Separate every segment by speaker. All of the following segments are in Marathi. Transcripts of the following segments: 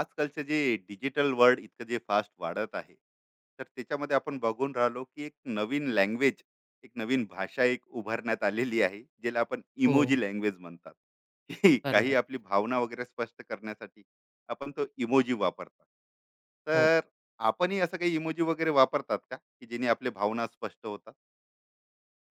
Speaker 1: आजकालचे जे डिजिटल वर्ल्ड इतकं जे फास्ट वाढत आहे तर त्याच्यामध्ये आपण बघून राहिलो की एक नवीन लँग्वेज एक नवीन भाषा एक उभारण्यात आलेली आहे ज्याला आपण
Speaker 2: हो,
Speaker 1: इमोजी लँग्वेज म्हणतात. ही
Speaker 2: बरोबर.
Speaker 1: काही आपली भावना वगैरे स्पष्ट करण्यासाठी आपण तो इमोजी वापरतात.
Speaker 2: हो.
Speaker 1: तर आपणही असं काही इमोजी वगैरे वापरतात का की जेणे आपले भावना स्पष्ट होतात?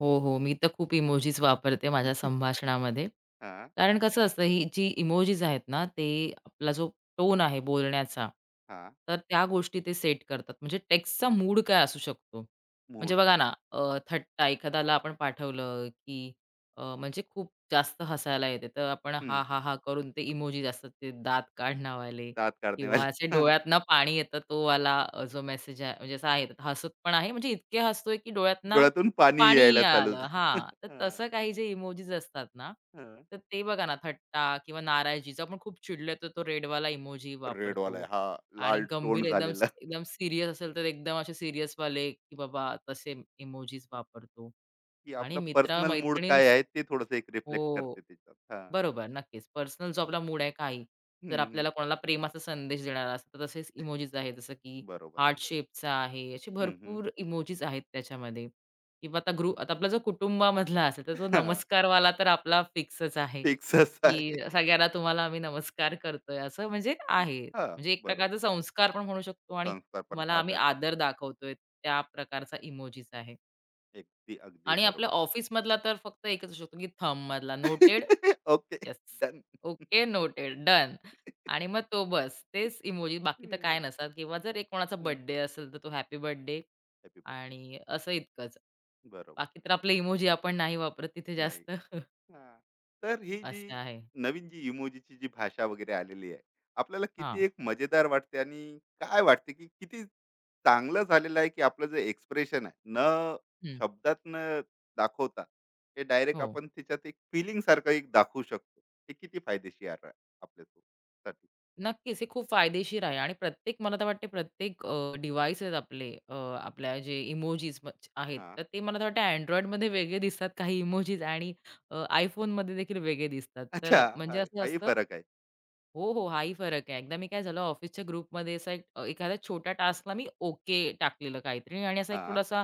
Speaker 2: हो, हो. मी तर खूप इमोजीस वापरते माझ्या संभाषणामध्ये.
Speaker 1: हा.
Speaker 2: कारण कसं असतं, ही जी इमोजीज आहेत ना, ते आपला जो टोन आहे बोलण्याचा,
Speaker 1: हा.
Speaker 2: तर त्या गोष्टी ते सेट करतात. म्हणजे टेक्स्टचा मूड काय असू शकतो. म्हणजे
Speaker 1: मूड काय.
Speaker 2: बघा ना, थट्टा एखाद्याला आपण पाठवलं, की म्हणजे खूप जास्त हसायला येते, तर आपण
Speaker 1: हम्म,
Speaker 2: हां,
Speaker 1: हम्म.
Speaker 2: हां, हां करून ते इमोजीस असतात, ते दात काढणावाले
Speaker 1: दात काढणे
Speaker 2: किंवा असे
Speaker 1: वाले.
Speaker 2: डोळ्यातनं पाणी येतं, तो वाला जो मेसेज आहे, म्हणजे असा आहे, हसत पण आहे, म्हणजे इतके हसतोय, की डोळ्यातनं
Speaker 1: डोळ्यातून पाणी
Speaker 2: पाणी
Speaker 1: यायला चालू
Speaker 2: आलं.
Speaker 1: झालं.
Speaker 2: हां, तर
Speaker 1: हा,
Speaker 2: तसं काही जे इमोजीस असतात ना,
Speaker 1: हा.
Speaker 2: तर ते बघा ना, थट्टा किंवा नाराजीचा आपण खूप चिडलं तर तो रेडवाला इमोजी
Speaker 1: रेडवाला
Speaker 2: वापरतो
Speaker 1: आहे. हा
Speaker 2: आणि
Speaker 1: लाल
Speaker 2: गंभीर
Speaker 1: टोन
Speaker 2: एकदम
Speaker 1: झालेला.
Speaker 2: एकदम सीरियस असेल तर एकदम असे सिरियस वाले, की बाबा तसे इमोजीज वापरतो
Speaker 1: की
Speaker 2: आणि
Speaker 1: आपला पर्सनल मूड काय
Speaker 2: मित्र-मैत्रिणींस
Speaker 1: आहे ते थोडंसं एक रिफ्लेक्ट
Speaker 2: हो.
Speaker 1: करते त्याच्यात. हां.
Speaker 2: बरोबर, नक्कीच. पर्सनल जो आपला मूड आहे काही.
Speaker 1: हं,
Speaker 2: जर
Speaker 1: हं.
Speaker 2: आपल्याला कोणाला प्रेमाचा संदेश देणारा असेल तर तसेच इमोजीस आहेत. जसं की
Speaker 1: बरोबर.
Speaker 2: हार्ट शेपचा आहे. असे
Speaker 1: हं, हं.
Speaker 2: भरपूर इमोजीज आहेत त्याच्यामध्ये किंवा आता आपला जो कुटुंबामधला असेल तर तो
Speaker 1: हां.
Speaker 2: नमस्कारवाला तर आपला फिक्सच आहे,
Speaker 1: फिक्सच
Speaker 2: की
Speaker 1: आहे.
Speaker 2: सगळ्यांना तुम्हाला आम्ही नमस्कार करतोय असं म्हणजे आहे.
Speaker 1: हां,
Speaker 2: म्हणजे एक
Speaker 1: बरोबर.
Speaker 2: प्रकारचा संस्कार पण म्हणू शकतो आणि
Speaker 1: संस्कार पण
Speaker 2: तुम्हाला आम्ही
Speaker 1: आदर पण.
Speaker 2: आदर दाखवतोय त्या प्रकारचा इमोजीस आहे.
Speaker 1: अगदी, अगदी
Speaker 2: आणि आपल्या
Speaker 1: बरोबर.
Speaker 2: ऑफिसमधला तर फक्त एकच असू शकतो, की थंबमधला noted,
Speaker 1: okay.
Speaker 2: Yes,
Speaker 1: done.
Speaker 2: Okay, noted, done. आणि मग तो बस. तेच इमोजी बाकी तर काय
Speaker 1: हं,
Speaker 2: नसतात किंवा जर एक कोणाचा
Speaker 1: हं.
Speaker 2: बर्थडे असेल, तर तो हॅपी बर्थडे
Speaker 1: हॅपी बर्थडे.
Speaker 2: आणि असं इतकंच.
Speaker 1: बरोबर.
Speaker 2: बाकी तर आपले इमोजी आपण नाही वापरत तिथे
Speaker 1: नाही.
Speaker 2: जास्त.
Speaker 1: हां. तर ही जी
Speaker 2: असं आहे.
Speaker 1: नवीन जी इमोजीची जी भाषा वगैरे आलेली आहे, आपल्याला किती
Speaker 2: हां.
Speaker 1: एक मजेदार वाटते आणि काय वाटते, की किती चांगलं झालेलं आहे, की आपलं जे एक्सप्रेशन आहे, न
Speaker 2: हं.
Speaker 1: शब्दात न दाखवता, हे डायरेक्ट
Speaker 2: हो.
Speaker 1: आपण त्याच्यात एक फीलिंग सारखं एक दाखवू शकतो. हे किती फायदेशीर आहे आपल्यासाठी?
Speaker 2: नक्कीच, हे खूप फायदेशीर आहे आणि प्रत्येक मला तर वाटते प्रत्येक डिव्हाइस आहेत आपले आपल्या जे इमोजीस आहेत,
Speaker 1: हां.
Speaker 2: तर ते मला तर वाटतं Androidमध्ये वेगळे दिसतात काही इमोजीस आणि iPhoneमध्ये देखील वेगळे दिसतात. तर
Speaker 1: अच्छा,
Speaker 2: म्हणजे असं
Speaker 1: हाही
Speaker 2: असतं.
Speaker 1: फरक आहे.
Speaker 2: हो, हो. हाही फरक आहे. एकदा मी काय झालं ऑफिसच्या ग्रुपमध्ये असा एक एखाद्या छोट्या टास्कला मी ओके टाकलेलं काहीतरी आणि असा एक
Speaker 1: हां,
Speaker 2: थोडासा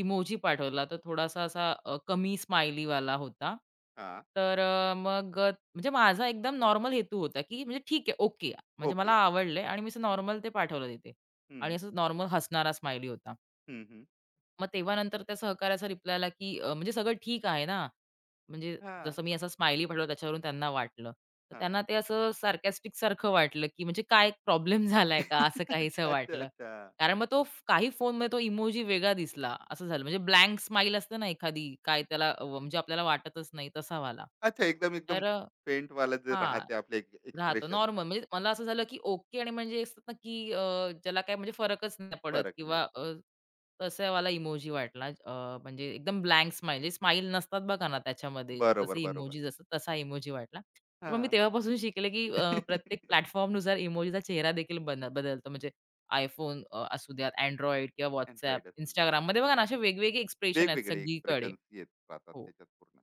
Speaker 2: इमोजी पाठवला. तर थोडासा असा कमी स्माइलीवाला होता.
Speaker 1: हां.
Speaker 2: तर मग म्हणजे माझा एकदम नॉर्मल हेतू होता, की म्हणजे ठीक आहे, ओके. म्हणजे मला
Speaker 1: ओके.
Speaker 2: आवडलंय आणि मी असं
Speaker 1: हं,
Speaker 2: नॉर्मल ते पाठवलं तिथे
Speaker 1: हं,
Speaker 2: आणि असं नॉर्मल हसणारा स्माइली होता.
Speaker 1: हं, हं.
Speaker 2: मग तेव्हा नंतर त्या सहकाऱ्याचा रिप्लाय आला, की म्हणजे सगळं ठीक आहे ना. म्हणजे
Speaker 1: हां,
Speaker 2: जसं मी असा स्माइली पाठवला त्याच्यावरून त्यांना वाटलं. तर
Speaker 1: हां.
Speaker 2: त्यांना ते असं सार्कॅस्टिक सारखं वाटलं, की म्हणजे काय प्रॉब्लेम झालाय का? असं काहीसं
Speaker 1: अच्छा, अच्छा,
Speaker 2: वाटलं.
Speaker 1: अच्छा.
Speaker 2: कारण मग तो काही फोनमध्ये तो इमोजी वेगळा दिसला, असं झालं. म्हणजे ब्लँक स्माईल असते ना एखादी, काय त्याला म्हणजे आपल्याला वाटतच नाही तसा वाला.
Speaker 1: अच्छा, एकदम, एकदम
Speaker 2: तर
Speaker 1: फेंट वाला जे
Speaker 2: हां.
Speaker 1: राहते आपले एक
Speaker 2: राहतो
Speaker 1: एक्सप्रेशन,
Speaker 2: नॉर्मल. म्हणजे मला असं झालं, की ओके आणि म्हणजे असतात ना, की ज्याला काही म्हणजे फरकच नाही पडत
Speaker 1: फरक
Speaker 2: किंवा
Speaker 1: नाही पडत.
Speaker 2: तसावाला इमोजी वाटला. म्हणजे एकदम ब्लँक स्माईल, म्हणजे स्माईल नसतात बघा ना त्याच्यामध्ये,
Speaker 1: बरोबर,
Speaker 2: जसे
Speaker 1: बरोबर.
Speaker 2: इमोजीस असतात तसा इमोजी वाटला. तर मग मी
Speaker 1: हां.
Speaker 2: तेव्हापासून शिकले, की प्रत्येक प्लॅटफॉर्मनुसार इमोजीचा चेहरा देखील बदलतो. म्हणजे iPhone असू द्यात, Android किंवा WhatsApp,
Speaker 1: अँड्रॉइड असू द्या.
Speaker 2: Instagramमध्ये बघा ना, असे वेगवेगळे एक्सप्रेशन आहेत
Speaker 1: वेगवेगळे
Speaker 2: सगळीकडे.
Speaker 1: एक्सप्रेशन्स येत राहतात
Speaker 2: हो.
Speaker 1: त्याच्यात पूर्ण.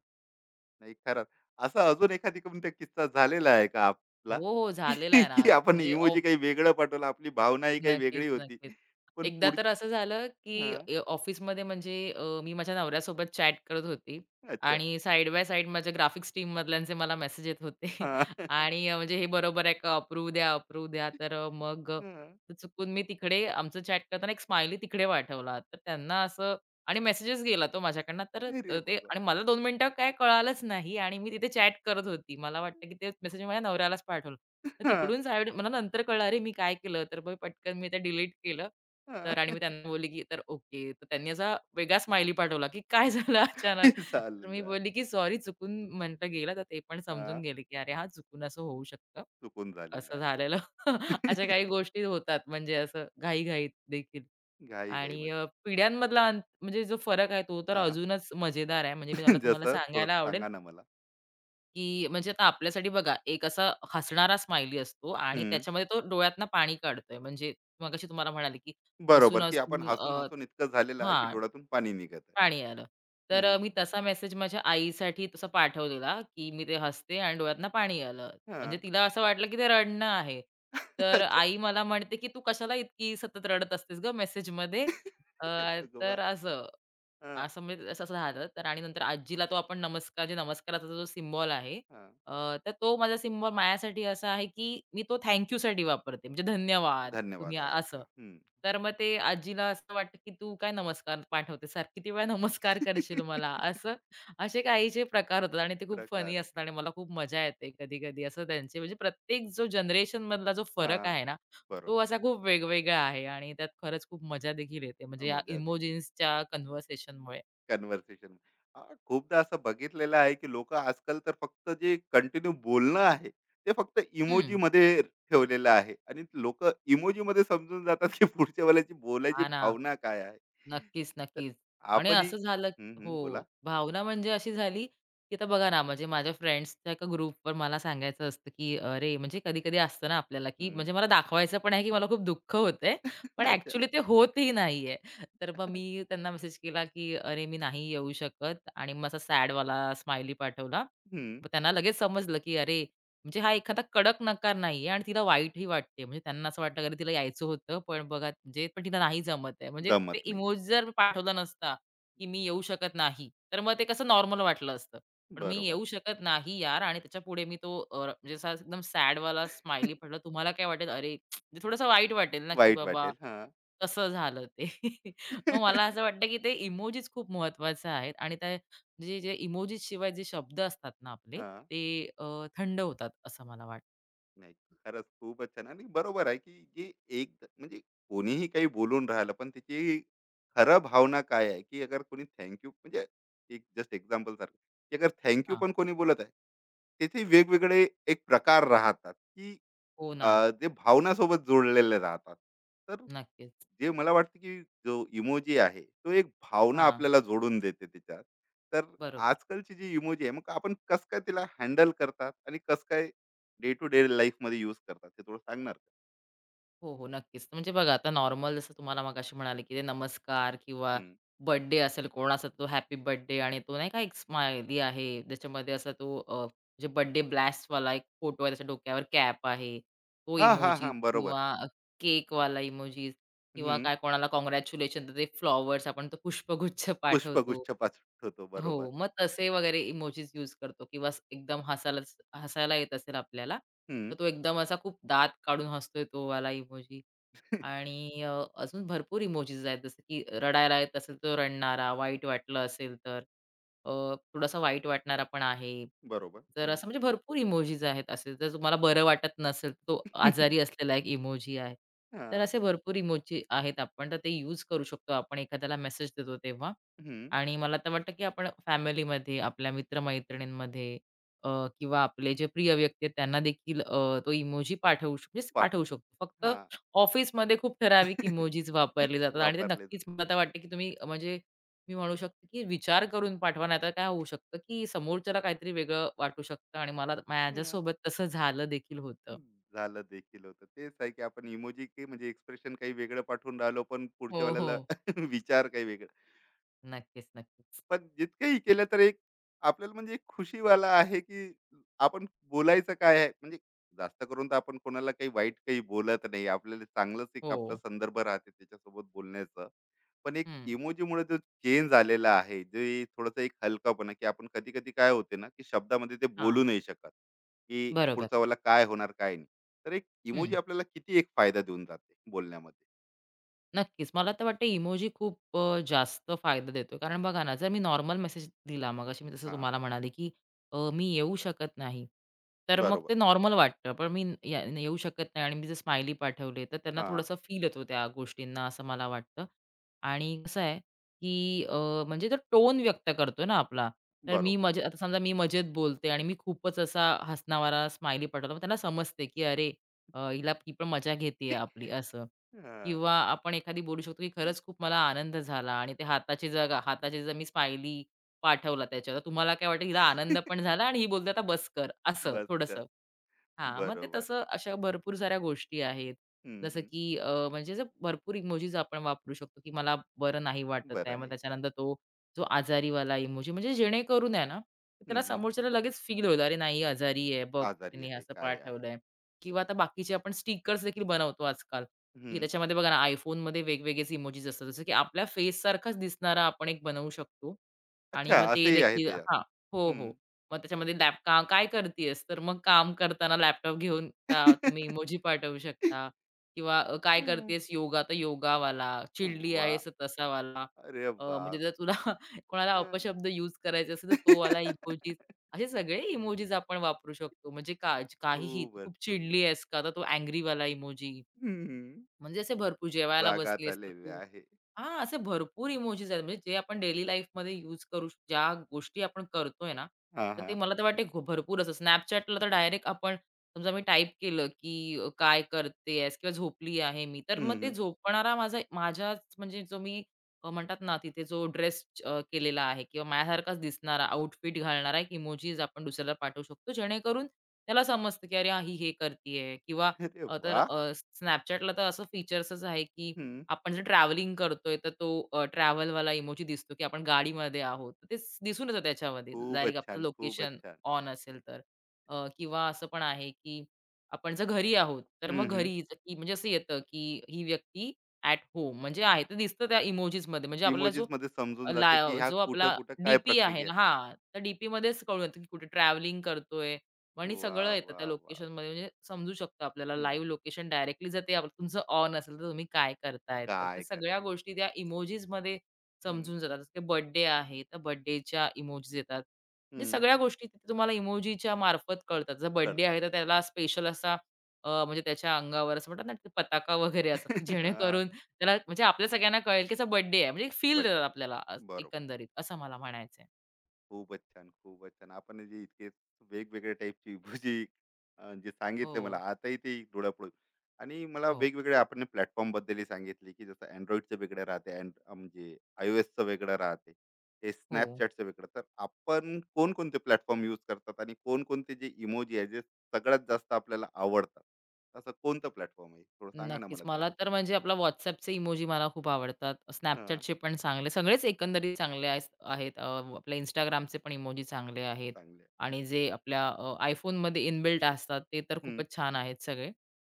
Speaker 1: नाही खरंच. असा अजून एखादी कोणता किस्सा झालेला आहे का आपला?
Speaker 2: हो, हो, झालेला आहे ना.
Speaker 1: की आपण
Speaker 2: म्हणजे
Speaker 1: इमोजी काही वेगळं पाठवलं, आपली भावना ही काही
Speaker 2: नक्कीच,
Speaker 1: वेगळी होती.
Speaker 2: नक्कीच.
Speaker 1: पण
Speaker 2: एकदा
Speaker 1: पुढ
Speaker 2: तर असं झालं, की
Speaker 1: हां,
Speaker 2: ऑफिसमध्ये म्हणजे मी माझ्या नवऱ्यासोबत चॅट करत होती
Speaker 1: अच्छा.
Speaker 2: आणि साइड बाय साइड माझ्या ग्राफिक्स टीममधल्यांचे मला मेसेज येत होते
Speaker 1: हां.
Speaker 2: आणि म्हणजे हे बरोबर आहे का? अप्रूव्ह द्या, अप्रूव्ह द्या. तर मग
Speaker 1: हां.
Speaker 2: तर चुकून मी तिकडे आमचं चॅट करताना एक स्माइली तिकडे पाठवला. तर त्यांना असं आणि मेसेजच गेला तो माझ्याकडनं. तर
Speaker 1: अरे
Speaker 2: ते
Speaker 1: भगवान!
Speaker 2: आणि मला 2 मिनिटं काय कळालंच नाही आणि मी तिथे चॅट करत होती. मला वाटतं, की ते मेसेज माझ्या नवऱ्यालाच पाठवलं. तर
Speaker 1: हां,
Speaker 2: तिकडून साईड मला नंतर कळलं, अरे मी काय केलं? तर मग पटकन मी ते डिलीट केलं. तर आणि
Speaker 1: हां.
Speaker 2: मी त्यांना बोलली, की "तर ओके." तर त्यांनी असा वेगळा स्माइली पाठवला, की "काय झालं अचानक?" तर
Speaker 1: चालेल
Speaker 2: मी
Speaker 1: आहे.
Speaker 2: बोलली, की "सॉरी चुकून म्हटलं गेलं." तर ते पण समजून
Speaker 1: हां,
Speaker 2: गेले, की "अरे हां, चुकून असं होऊ शकतं."
Speaker 1: चुकून झालेलं
Speaker 2: असं झालेलं.
Speaker 1: आहे.
Speaker 2: अशा काही गोष्टी होतात म्हणजे असं घाई-घाईत देखील. आणि
Speaker 1: घाई-घाईमध्ये.
Speaker 2: पिढ्यांमधला अंत म्हणजे जो फरक आहे तो तर
Speaker 1: हां.
Speaker 2: अजूनच मजेदार आहे. म्हणजे मी मला तुम्हाला
Speaker 1: जसं थोडं
Speaker 2: सांगायला आवडेल.
Speaker 1: सांगा ना मला?
Speaker 2: की म्हणजे आता आपल्यासाठी बघा, एक असा हसणारा स्माइली असतो आणि
Speaker 1: हं.
Speaker 2: त्याच्यामध्ये तो डोळ्यातनं पाणी काढतोय. म्हणजे मगाशी तुम्हाला म्हणाले, की
Speaker 1: बरोबर, की आपण
Speaker 2: हसून-हसून
Speaker 1: हसून-हसून इतकं झालेलं आहे, की
Speaker 2: हां,
Speaker 1: डोळ्यातून पाणी निघत आहे.
Speaker 2: पाणी आलं. तर
Speaker 1: हं.
Speaker 2: मी तसा मेसेज माझ्या आईसाठी तसा पाठवलेला, की मी ते हसते आणि डोळ्यातनं पाणी आलं. म्हणजे
Speaker 1: हां.
Speaker 2: तिला असं वाटलं, की ते रडणं आहे. तर
Speaker 1: अच्छा.
Speaker 2: आई मला म्हणते, की "तू कशाला इतकी सतत रडत असतेस गं मेसेजमध्ये?"
Speaker 1: हे
Speaker 2: तर
Speaker 1: भगवान!
Speaker 2: असं.
Speaker 1: हां,
Speaker 2: असं म्हणजे तसं झालं तर आणि नंतर आजीला तो आपण नमस्कार जे नमस्काराचा जो सिम्बॉल आहे
Speaker 1: हां.
Speaker 2: अ, तर तो माझा सिम्बॉल माझ्यासाठी असा आहे की मी तो थँक साठी वापरते म्हणजे धन्यवाद तुम्ही
Speaker 1: धन्यवाद आहे आपला.
Speaker 2: असं
Speaker 1: हं.
Speaker 2: तर मग ते आजीला असं वाटतं की तू काय नमस्कार पाठवते सार किती वेळा नमस्कार करशील मला असं असे काहीचे प्रकार होतात आणि ते खूप
Speaker 1: प्रकार
Speaker 2: फनी
Speaker 1: आहे.
Speaker 2: असतात आणि मला खूप मजा येते कधी कधी असं त्यांचे म्हणजे प्रत्येक जो जनरेशन मधला जो फरक
Speaker 1: हां,
Speaker 2: आहे ना तो
Speaker 1: बरोबर.
Speaker 2: असा खूप वेगवेगळा आहे आणि त्यात खरंच खूप मजा देखील येते. म्हणजे या
Speaker 1: मजा दे.
Speaker 2: इमोजिन्सच्या कन्व्हर्सेशनमुळे.
Speaker 1: कन्व्हर्सेशन. हां, खूपदा असं बघितलेलं आहे, की लोकं आजकाल तर फक्त जे कंटिन्यू बोलणं आहे, ते फक्त
Speaker 2: हं.
Speaker 1: इमोजीमध्ये ठेवलेलं आहे आणि लोकं इमोजीमध्ये समजून जातात, की पुढच्या वेळेची बोलायची
Speaker 2: हां ना.
Speaker 1: भावना काय आहे.
Speaker 2: नक्कीच,
Speaker 1: तर
Speaker 2: नक्कीच. आणि
Speaker 1: आपणही
Speaker 2: असं झालं
Speaker 1: हं,
Speaker 2: हो.
Speaker 1: हं. बोला.
Speaker 2: भावना म्हणजे अशी झाली, की आता बघा ना, म्हणजे माझ्या फ्रेंड्सच्या एका ग्रुपवर मला सांगायचं असतं, की अरे, म्हणजे कधी-कधी असतं ना आपल्याला, की
Speaker 1: हं.
Speaker 2: म्हणजे मला दाखवायचं पण आहे, की मला खूप दुःख होतंय, पण
Speaker 1: अच्छा.
Speaker 2: ॲक्चुअली ते होतही नाहीये. तर मग मी त्यांना मेसेज केला, की "अरे, मी नाही येऊ शकत" आणि मग असा सॅडवाला स्माइली पाठवला.
Speaker 1: हं.
Speaker 2: मग त्यांना लगेच समजलं, की अरे म्हणजे हा एखादा कडक नकार नाहीये आणि तिला वाईटही वाटते. म्हणजे त्यांना असं वाटलं, "अरे, तिला यायचं होतं, पण बघा म्हणजे पण तिला नाही जमत आहे." म्हणजे ते
Speaker 1: जमत नाहीये.
Speaker 2: इमोजी जर पाठवला नसता, की "मी येऊ शकत नाही," तर मग ते कसं नॉर्मल वाटलं असतं. पण मी
Speaker 1: बरोबर.
Speaker 2: येऊ शकत नाही यार आणि त्याच्यापुढे मी तो म्हणजे असा एकदम सॅडवाला स्माइली पडला. तुम्हाला काय वाटेल? अरे, म्हणजे थोडंसं वाईट वाटेल ना, की
Speaker 1: वाईट
Speaker 2: बाबा
Speaker 1: वाटेल. हां.
Speaker 2: कसं झालं ते.
Speaker 1: हां.
Speaker 2: मग मला असं वाटतं, की ते इमोजीज खूप महत्त्वाचे आहेत आणि त्या म्हणजे जे इमोजीज शिवाय जे शब्द असतात ना आपले, ते अ, थंड होतात असं मला वाटतं.
Speaker 1: नाही, खरंच खूपच छान आणि बरोबर आहे, की जे एक म्हणजे कोणीही काही बोलून राहिलं, पण त्याची खरं भावना काय आहे, की अगर कोणी थँक यू म्हणजे एक जस्ट एक्झाम्पल सारखं, की अगर थँक
Speaker 2: हां.
Speaker 1: पण कोणी बोलत आहे, त्याचे वेगवेगळे एक प्रकार राहतात, की
Speaker 2: हो ना.
Speaker 1: जे भावनासोबत जोडलेले राहतात. तर
Speaker 2: नक्कीच.
Speaker 1: जे मला वाटतं, की जो इमोजी आहे, तो एक भावना
Speaker 2: हां.
Speaker 1: आपल्याला जोडून देते त्याच्यात. तर
Speaker 2: बरोबर.
Speaker 1: आजकालची जी इमोजी आहे, मग आपण कसं काय तिला हँडल करतात आणि कसं काय डे टू डे लाईफमध्ये युज करतात ते थोडं सांगणार का?
Speaker 2: हो, हो. नक्कीच. म्हणजे बघा आता नॉर्मल जसं तुम्हाला मगाशी म्हणाले, की ते नमस्कार किंवा
Speaker 1: हम्म.
Speaker 2: बर्थडे असेल कोणाचा तो हॅपी बर्थडे आणि तो नाही का एक स्माइली आहे त्याच्यामध्ये असा तो म्हणजे बर्थडे ब्लास्टवाला एक फोटो आहे त्याच्या डोक्यावर कॅप आहे. तो
Speaker 1: हां, हां,
Speaker 2: इमोजीस
Speaker 1: हां. बरोबर.
Speaker 2: किंवा केकवाला इमोजीस किंवा
Speaker 1: हं.
Speaker 2: काय कोणाला कॉन्ग्रॅच्युलेशन तर ते फ्लॉवर्स आपण तो पुष्पगुच्छ पाठवतो.
Speaker 1: पुष्पगुच्छ पाठवतो. होतो. बरोबर.
Speaker 2: हो, मग तसे वगैरे इमोजीस यूज करतो किंवा एकदम हसायला येत असेल आपल्याला,
Speaker 1: हं.
Speaker 2: तर तो एकदम असा खूप दात काढून हसतोय तो वाला इमोजी आणि अजून भरपूर इमोजीस आहेत जसं की रडायला येत असेल तर रडणारा, वाईट वाटलं असेल तर. अ, थोडासा वाईट वाटणारा पण आहे.
Speaker 1: बरोबर.
Speaker 2: तर
Speaker 1: हं.
Speaker 2: असं म्हणजे भरपूर इमोजीज आहेत असे. जर तुम्हाला बरं वाटत नसेल, तो आजारी असलेला एक इमोजी आहे.
Speaker 1: हां.
Speaker 2: तर
Speaker 1: हं.
Speaker 2: असे भरपूर इमोजी आहेत आपण, तर ते यूज करू शकतो आपण एखाद्याला मेसेज देतो तेव्हा. आणि मला तर वाटतं, की आपण फॅमिलीमध्ये, आपल्या मित्र अ, किंवा आपले जे प्रिय व्यक्ती आहेत त्यांना देखील तो इमोजी पाठवू शक म्हणजे
Speaker 1: पाठवू
Speaker 2: पाठवू
Speaker 1: शकतो.
Speaker 2: शकतो. फक्त
Speaker 1: हां.
Speaker 2: ऑफिसमध्ये खूप ठराविक इमोजीज वापरले जातात आणि ते
Speaker 1: वापरले जा
Speaker 2: नक्कीच मला तर वाटतं, की तुम्ही म्हणजे मी म्हणू शकते, की विचार करून पाठवा. नाहीतर काय होऊ शकतं, की समोरच्याला काहीतरी वेगळं वाटू शकतं आणि मला
Speaker 1: हं.
Speaker 2: माझ्यासोबत तसं झालं देखील होतं.
Speaker 1: झालं देखील होतं. तेच आहे की आपण इमोजी की म्हणजे एक्सप्रेशन काही वेगळं पाठवून राहिलो, पण पुढच्या
Speaker 2: हो,
Speaker 1: वेळेला
Speaker 2: हो.
Speaker 1: विचार काही वेगळे
Speaker 2: नक्कीच, नक्कीच.
Speaker 1: पण जितकंही केलं तर एक आपल्याला म्हणजे एक खुशीवाला आहे, की आपण बोलायचं काय आहे म्हणजे जास्त करून तर आपण कोणाला काही वाईट काही बोलत नाही. आपल्याला चांगलंच एक
Speaker 2: हो.
Speaker 1: आपला संदर्भ राहते त्याच्यासोबत बोलण्याचं. पण एक
Speaker 2: हं.
Speaker 1: इमोजीमुळे जो चेंज आलेला आहे, जे थोडंसं एक हलकापणा, की आपण कधी-कधी काय होते ना, की शब्दामध्ये ते
Speaker 2: हां.
Speaker 1: बोलू नाही शकत, की
Speaker 2: बरोबर.
Speaker 1: पुढचावाला काय होणार, काय नाही. तर एक
Speaker 2: हं.
Speaker 1: इमोजी आपल्याला किती एक फायदा देऊन जाते बोलण्यामध्ये.
Speaker 2: नक्कीच. मला तर वाटतं इमोजी खूप जास्त फायदा देतो. कारण बघा ना, जर मी नॉर्मल मेसेज दिला, मगाशी मी जसं
Speaker 1: हां,
Speaker 2: तुम्हाला म्हणाले, की मी येऊ शकत नाही, तर मग
Speaker 1: बरोबर.
Speaker 2: ते नॉर्मल वाटतं. पण मी या येऊ शकत नाही आणि मी जर स्माइली पाठवले, तर त्यांना
Speaker 1: हां,
Speaker 2: थोडंसं फील येतो त्या गोष्टींना, असं मला वाटतं. आणि कसं आहे, की म्हणजे तो टोन व्यक्त करतो ना आपला. तर मी
Speaker 1: बरोबर.
Speaker 2: मजेत आता समजा मी मजेत बोलते आणि मी खूपच असा हसणावारा स्माइली पाठवला, मग त्यांना समजते, की "अरे, हिला ही पण मजा घेतीये आपली," असं.
Speaker 1: हां.
Speaker 2: किंवा आपण एखादी बोलू शकतो, की खरंच खूप मला आनंद झाला आणि ते हाताची जर मी स्माइली पाठवला त्याच्यावर, तर तुम्हाला काय वाटेल हिला आनंद पण झाला आणि ही बोलते आता बस कर, असं
Speaker 1: बस.
Speaker 2: थोडंसं. हां, मग ते
Speaker 1: बरोबर आहे.
Speaker 2: तसं अशा भरपूर साऱ्या गोष्टी आहेत.
Speaker 1: हं,
Speaker 2: जसं
Speaker 1: हं.
Speaker 2: की म्हणजे असं भरपूर इमोजीज आपण वापरू शकतो, की मला बरं नाही वाटत आहे.
Speaker 1: बरं
Speaker 2: मग
Speaker 1: नाहीये.
Speaker 2: त्याच्यानंतर तो जो आजारीवाला इमोजी म्हणजे जेणेकरून आहे ना, त्याला
Speaker 1: हं, हं.
Speaker 2: समोरच्याला लगेच फील होईल, "अरे नाही आजारी आहे, बघ
Speaker 1: आजारी
Speaker 2: तिने
Speaker 1: आहे,
Speaker 2: असं
Speaker 1: काय आहे.
Speaker 2: पाठवलंय." किंवा आता बाकीचे आपण स्टिकर्स देखील बनवतो आजकाल, की
Speaker 1: हं.
Speaker 2: त्याच्यामध्ये बघा ना iPhoneमध्ये वेगवेगळेच इमोजीज असतात. जसं की आपल्या फेससारखाच दिसणारा आपण एक बनवू शकतो आणि
Speaker 1: अच्छा
Speaker 2: मग ते
Speaker 1: असंही आहे
Speaker 2: देखील
Speaker 1: त्याच्यात.
Speaker 2: हां. हो, हो.
Speaker 1: हं.
Speaker 2: मग त्याच्यामध्ये का काय करतीयेस? तर मग काम करताना लॅपटॉप घेऊन तुम्ही इमोजी पाठवू शकता किंवा काय
Speaker 1: हं. वाह!
Speaker 2: करतेस योगा? तर योगावाला, चिडली आहेस तर तसावाला.
Speaker 1: अरे
Speaker 2: म्हणजे
Speaker 1: बाप!
Speaker 2: जर तुला कोणाला
Speaker 1: हं.
Speaker 2: अपशब्द यूज करायचे असेल तर तो वाला इमोजी. असे सगळे इमोजीज आपण वापरू शकतो. म्हणजे का काहीही, "तू
Speaker 1: खूपच
Speaker 2: खूप
Speaker 1: सुंदर.
Speaker 2: चिडली आहेस का?" तर तो अँग्रीवाला इमोजी.
Speaker 1: हं.
Speaker 2: म्हणजे असे भरपूर जेवायला बसली
Speaker 1: रागात
Speaker 2: असतं
Speaker 1: आलेले
Speaker 2: तू.
Speaker 1: आहे.
Speaker 2: हां, असे भरपूर इमोजीस आहेत म्हणजे जे आपण डेली लाईफमध्ये यूज करू श- ज्या गोष्टी आपण करतोय ना,
Speaker 1: हां,
Speaker 2: तर ते
Speaker 1: हां.
Speaker 2: मला तर वाटते घो भरपूर असं Snapchatला तर डायरेक्ट आपण समजा मी टाइप केलं, की "काय करतेयस?" किंवा "झोपली आहे मी." तर
Speaker 1: हं,
Speaker 2: मग ते
Speaker 1: हं.
Speaker 2: झोपणारा माझा माझ्याच म्हणजे जो मी म्हणतात ना तिथे जो ड्रेस केलेला आहे किंवा माझ्यासारखाच दिसणारा आउटफिट घालणारा एक इमोजीस आपण दुसऱ्याला पाठवू शकतो. जेणेकरून त्याला समजतं, की "अरे, हां, ही हे करतीये" किंवा
Speaker 1: अरे
Speaker 2: अ, तर
Speaker 1: वाह!
Speaker 2: अ, Snapchatला तर असं फीचर्सच आहे, की
Speaker 1: हं.
Speaker 2: आपण जर ट्रॅव्हलिंग करतोय, तर तो ट्रॅव्हलवाला इमोजी दिसतो, की आपण गाडीमध्ये आहोत. तर ते स- दिसून येतं त्याच्यामध्ये डायरेक्ट
Speaker 1: खूपच
Speaker 2: आपलं
Speaker 1: छान, खूपच
Speaker 2: लोकेशन
Speaker 1: छान.
Speaker 2: ऑन असेल तर. किंवा असं पण आहे, की आपण जर घरी आहोत, तर मग घरी ज- की म्हणजे असं येतं, की ही व्यक्ती ॲट होम म्हणजे आहे. ते दिसतं त्या इमोजीसमध्ये. म्हणजे आपल्याला जो
Speaker 1: इमोजीस मध्ये समजून
Speaker 2: ला
Speaker 1: जाते, की ह्या
Speaker 2: जो आपला
Speaker 1: कुठं-कुठं काय
Speaker 2: डी आहे
Speaker 1: प्रक्रिया
Speaker 2: ना
Speaker 1: आहे.
Speaker 2: हां, तर डी-पीमध्येच कळून येतं, की कुठे ट्रॅव्हलिंग करतोय आणि सगळं
Speaker 1: वाह,
Speaker 2: येतं त्या
Speaker 1: वाह, वाह!
Speaker 2: लोकेशनमध्ये म्हणजे समजू शकतं आपल्याला
Speaker 1: हं.
Speaker 2: लाईव्ह लोकेशन डायरेक्टली जर ते आप तुमचं ऑन असेल तर तुम्ही काय करताय तर ते
Speaker 1: काय करत.
Speaker 2: सगळ्या गोष्टी त्या इमोजीसमध्ये
Speaker 1: हं,
Speaker 2: समजून जातात. जसं ते बर्थडे आहे तर बर्थडेच्या इमोजीस येतात. म्हणजे
Speaker 1: हं.
Speaker 2: सगळ्या गोष्टी तिथे तुम्हाला इमोजीच्या मार्फत कळतात. जर बर्थडे आहे तर त्याला स्पेशल असा म्हणजे त्याच्या अंगावर असं म्हणतात ना ते पताका वगैरे असतात की
Speaker 1: हा,
Speaker 2: जेणेकरून त्याला म्हणजे आपल्या सगळ्यांना कळेल की त्याचा बर्थडे आहे. म्हणजे एक फील देतात
Speaker 1: बड्डे
Speaker 2: आपल्याला
Speaker 1: बरोबर
Speaker 2: एकंदरीत असं मला म्हणायचंय.
Speaker 1: खूपच छान खूपच छान आपण जे इतके वेगवेगळ्या टाईपची भुजी अं, जे
Speaker 2: हो.
Speaker 1: सांगितले मला आताही ते डोळ्यापुढे आणि मला
Speaker 2: हो,
Speaker 1: वेगवेगळे आपण प्लॅटफॉर्म बद्दलही सांगितले की जसं अँड्रॉइडचं वेगळं राहते अँड म्हणजे आय ओ एसचं वेगळं राहते ते
Speaker 2: हो.
Speaker 1: स्नॅपचॅटचं वेगळं तर आपण कोणकोणते प्लॅटफॉर्म यूज करतात आणि कोणकोणते जे इमोजी आहे जे सगळ्यात जास्त आपल्याला आवडतात असं कोणतं प्लॅटफॉर्म आहे थोडं सांगा ना
Speaker 2: नक्कीच.
Speaker 1: मला
Speaker 2: मला
Speaker 1: त्याबद्दल.
Speaker 2: तर म्हणजे आपला WhatsAppचे इमोजी मला खूप आवडतात.
Speaker 1: हां.
Speaker 2: Snapchatचे पण चांगले, सगळेच एकंदरीत चांगले आहेस आहेत. आपल्या Instagramचे पण इमोजी चांगले आहेत
Speaker 1: चांगले.
Speaker 2: आणि जे आपल्या iPhoneमध्ये इनबिल्ट असतात, ते तर खूपच छान आहेत सगळे.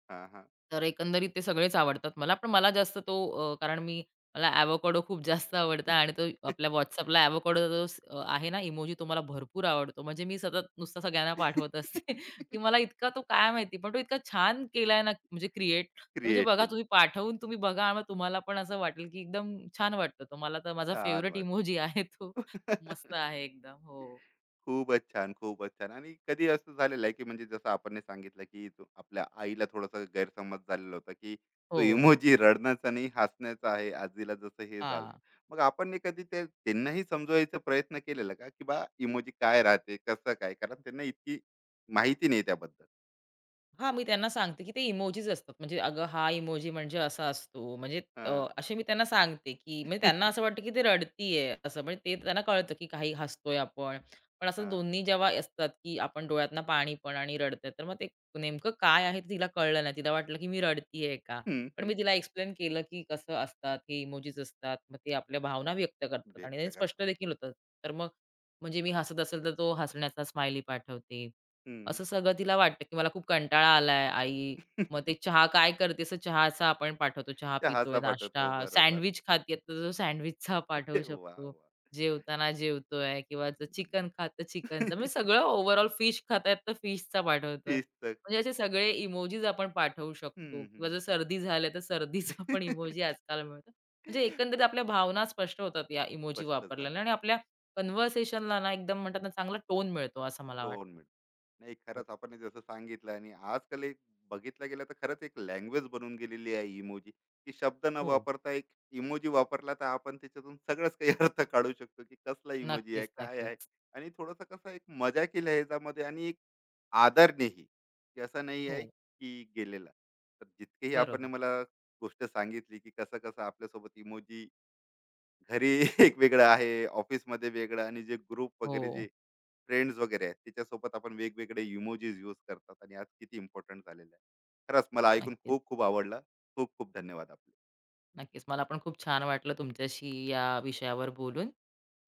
Speaker 1: हां, हां.
Speaker 2: तर एकंदरीत ते सगळेच आवडतात मला. पण मला जास्त तो कारण मी मला एवोकॅडो खूप जास्त आवडता आणि तो आपल्या WhatsAppला एवोकॅडोचा जो स आहे ना इमोजी तो मला भरपूर आवडतो. म्हणजे मी सतत नुसता सगळ्यांना पाठवत असते, की मला इतका तो काय माहिती, पण तो इतका छान केलाय ना म्हणजे क्रिएट. म्हणजे
Speaker 1: क्रिएट
Speaker 2: बघा
Speaker 1: केले.
Speaker 2: तुम्ही पाठवून तुम्ही बघा मग तुम्हाला पण असं वाटेल, की एकदम छान वाटतं. तो मला तर माझा
Speaker 1: छान
Speaker 2: फेव्हरेट इमोजी आहे तो.
Speaker 1: वाटतं.
Speaker 2: मस्त आहे एकदम. हो.
Speaker 1: खूपच छान, खूपच छान. आणि कधी असं झालेलं आहे, की म्हणजे जसं आपण नाही सांगितलं, की तो आपल्या आईला थोडासा गैरसमज झालेला होता, की तो
Speaker 2: हो.
Speaker 1: इमोजी रडण्याचा नाही, हसण्याचा आहे. आजीला जसं हे झालं.
Speaker 2: हां.
Speaker 1: मग आपण नाही कधी ते त्यांनाही समजवायचा प्रयत्न केलेला का, की इमोजी काय राहते, कसं काय? कारण त्यांना इतकी माहिती नाही त्याबद्दल.
Speaker 2: हां, मी त्यांना सांगते, की ते इमोजीस असतात. म्हणजे अगं, हा इमोजी म्हणजे असा असतो. म्हणजे
Speaker 1: हां.
Speaker 2: असे मी त्यांना सांगते, की म्हणजे त्यांना असं वाटतं, की ते रडतीये असं. म्हणजे ते त्यांना कळतं, की काही हसतोय आपण. पण असं
Speaker 1: हां.
Speaker 2: दोन्ही जेव्हा असतात, की आपण डोळ्यातनं पाणी पण आणि रडतंय, तर मग ते नेमकं काय आहे ते तिला कळलं नाही. तिला वाटलं, की मी रडतीये का?
Speaker 1: हं,
Speaker 2: पण मी
Speaker 1: हं.
Speaker 2: तिला एक्सप्लेन केलं, की कसं असतात, हे इमोजीस असतात. मग ते आपल्या भावना व्यक्त करतात आणि
Speaker 1: व्यक्त
Speaker 2: ते
Speaker 1: करतात.
Speaker 2: स्पष्ट देखील होतात. तर मग म्हणजे मी हसत असेल, तर तो हसण्याचा स्माइली पाठवते.
Speaker 1: हं.
Speaker 2: असं सगळं तिला वाटतं, की मला खूप कंटाळा आलाय आई. मग ते चहा काय करते? असं चहाचा आपण पाठवतो. चहा
Speaker 1: ते
Speaker 2: पितोय,
Speaker 1: हसा
Speaker 2: नाश्ता,
Speaker 1: पाठवतो. बरोबर.
Speaker 2: सँडविच खाते तर सँडविचचा पाठवू
Speaker 1: अरे वाह!
Speaker 2: शकतो.
Speaker 1: वाह!
Speaker 2: जेवताना जेवतोय किंवा जर चिकन खात तर
Speaker 1: हं.
Speaker 2: चिकनचा. म्हणजे सगळं ओव्हरऑल फिश खातायत तर फिशचा पाठवतोय.
Speaker 1: शिस्त.
Speaker 2: म्हणजे असे
Speaker 1: बरं.
Speaker 2: सगळे इमोजीस आपण पाठवू
Speaker 1: हं,
Speaker 2: शकतो
Speaker 1: हं.
Speaker 2: किंवा जर सर्दी झाली तर सर्दीचा पण इमोजी आजकाल मिळतो. म्हणजे एकंदरीत आपल्या भावना स्पष्ट होतात या इमोजी
Speaker 1: स्पष्ट
Speaker 2: वापरल्याने आणि
Speaker 1: झालेलं.
Speaker 2: आपल्या कन्व्हर्सेशनला ना एकदम म्हणतात ना चांगला टोन मिळतो असं मला
Speaker 1: टोन
Speaker 2: वाटतं.
Speaker 1: मिळून. नाही
Speaker 2: हो.
Speaker 1: खरंच आपण हे जसं सांगितलं आणि आजकाल एक बघितलं गेलं तर खरंच एक लँग्वेज बनून गेलेली आहे इमोजी, की शब्द न
Speaker 2: हो.
Speaker 1: वापरता एक इमोजी वापरला तर आपण त्याच्यातून सगळंच काही अर्थ काढू शकतो, की कसला इमोजी आहे,
Speaker 2: नक्कीच,
Speaker 1: काय आहे
Speaker 2: नक्कीच.
Speaker 1: आणि थोडंसं कसं एक मजाकील आहे ह्याच्यामध्ये आणि एक आदरनेही, की असं नाही आहे
Speaker 2: हो,
Speaker 1: की गेलेला. तर जितकेही आपण
Speaker 2: बरोबर.
Speaker 1: मला गोष्ट सांगितली, की कसं-कसं आपल्यासोबत इमोजी घरी एक वेगळं आहे, ऑफिसमध्ये वेगळं आणि जे ग्रुप वगैरे
Speaker 2: हो,
Speaker 1: जे फ्रेंड्स वगैरे आहेत, त्याच्यासोबत आपण वेगवेगळे इमोजीस यूज करतात आणि आज किती इम्पोर्टंट झालेलं आहे. खरंच मला ऐकून
Speaker 2: नक्कीच,
Speaker 1: खूप खूप आवडलं. खूप खूप धन्यवाद आपले.
Speaker 2: नक्कीच. मला पण खूप छान वाटलं तुमच्याशी या विषयावर बोलून.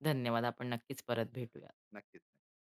Speaker 2: धन्यवाद. आपण नक्कीच परत भेटूया.
Speaker 1: नक्कीच.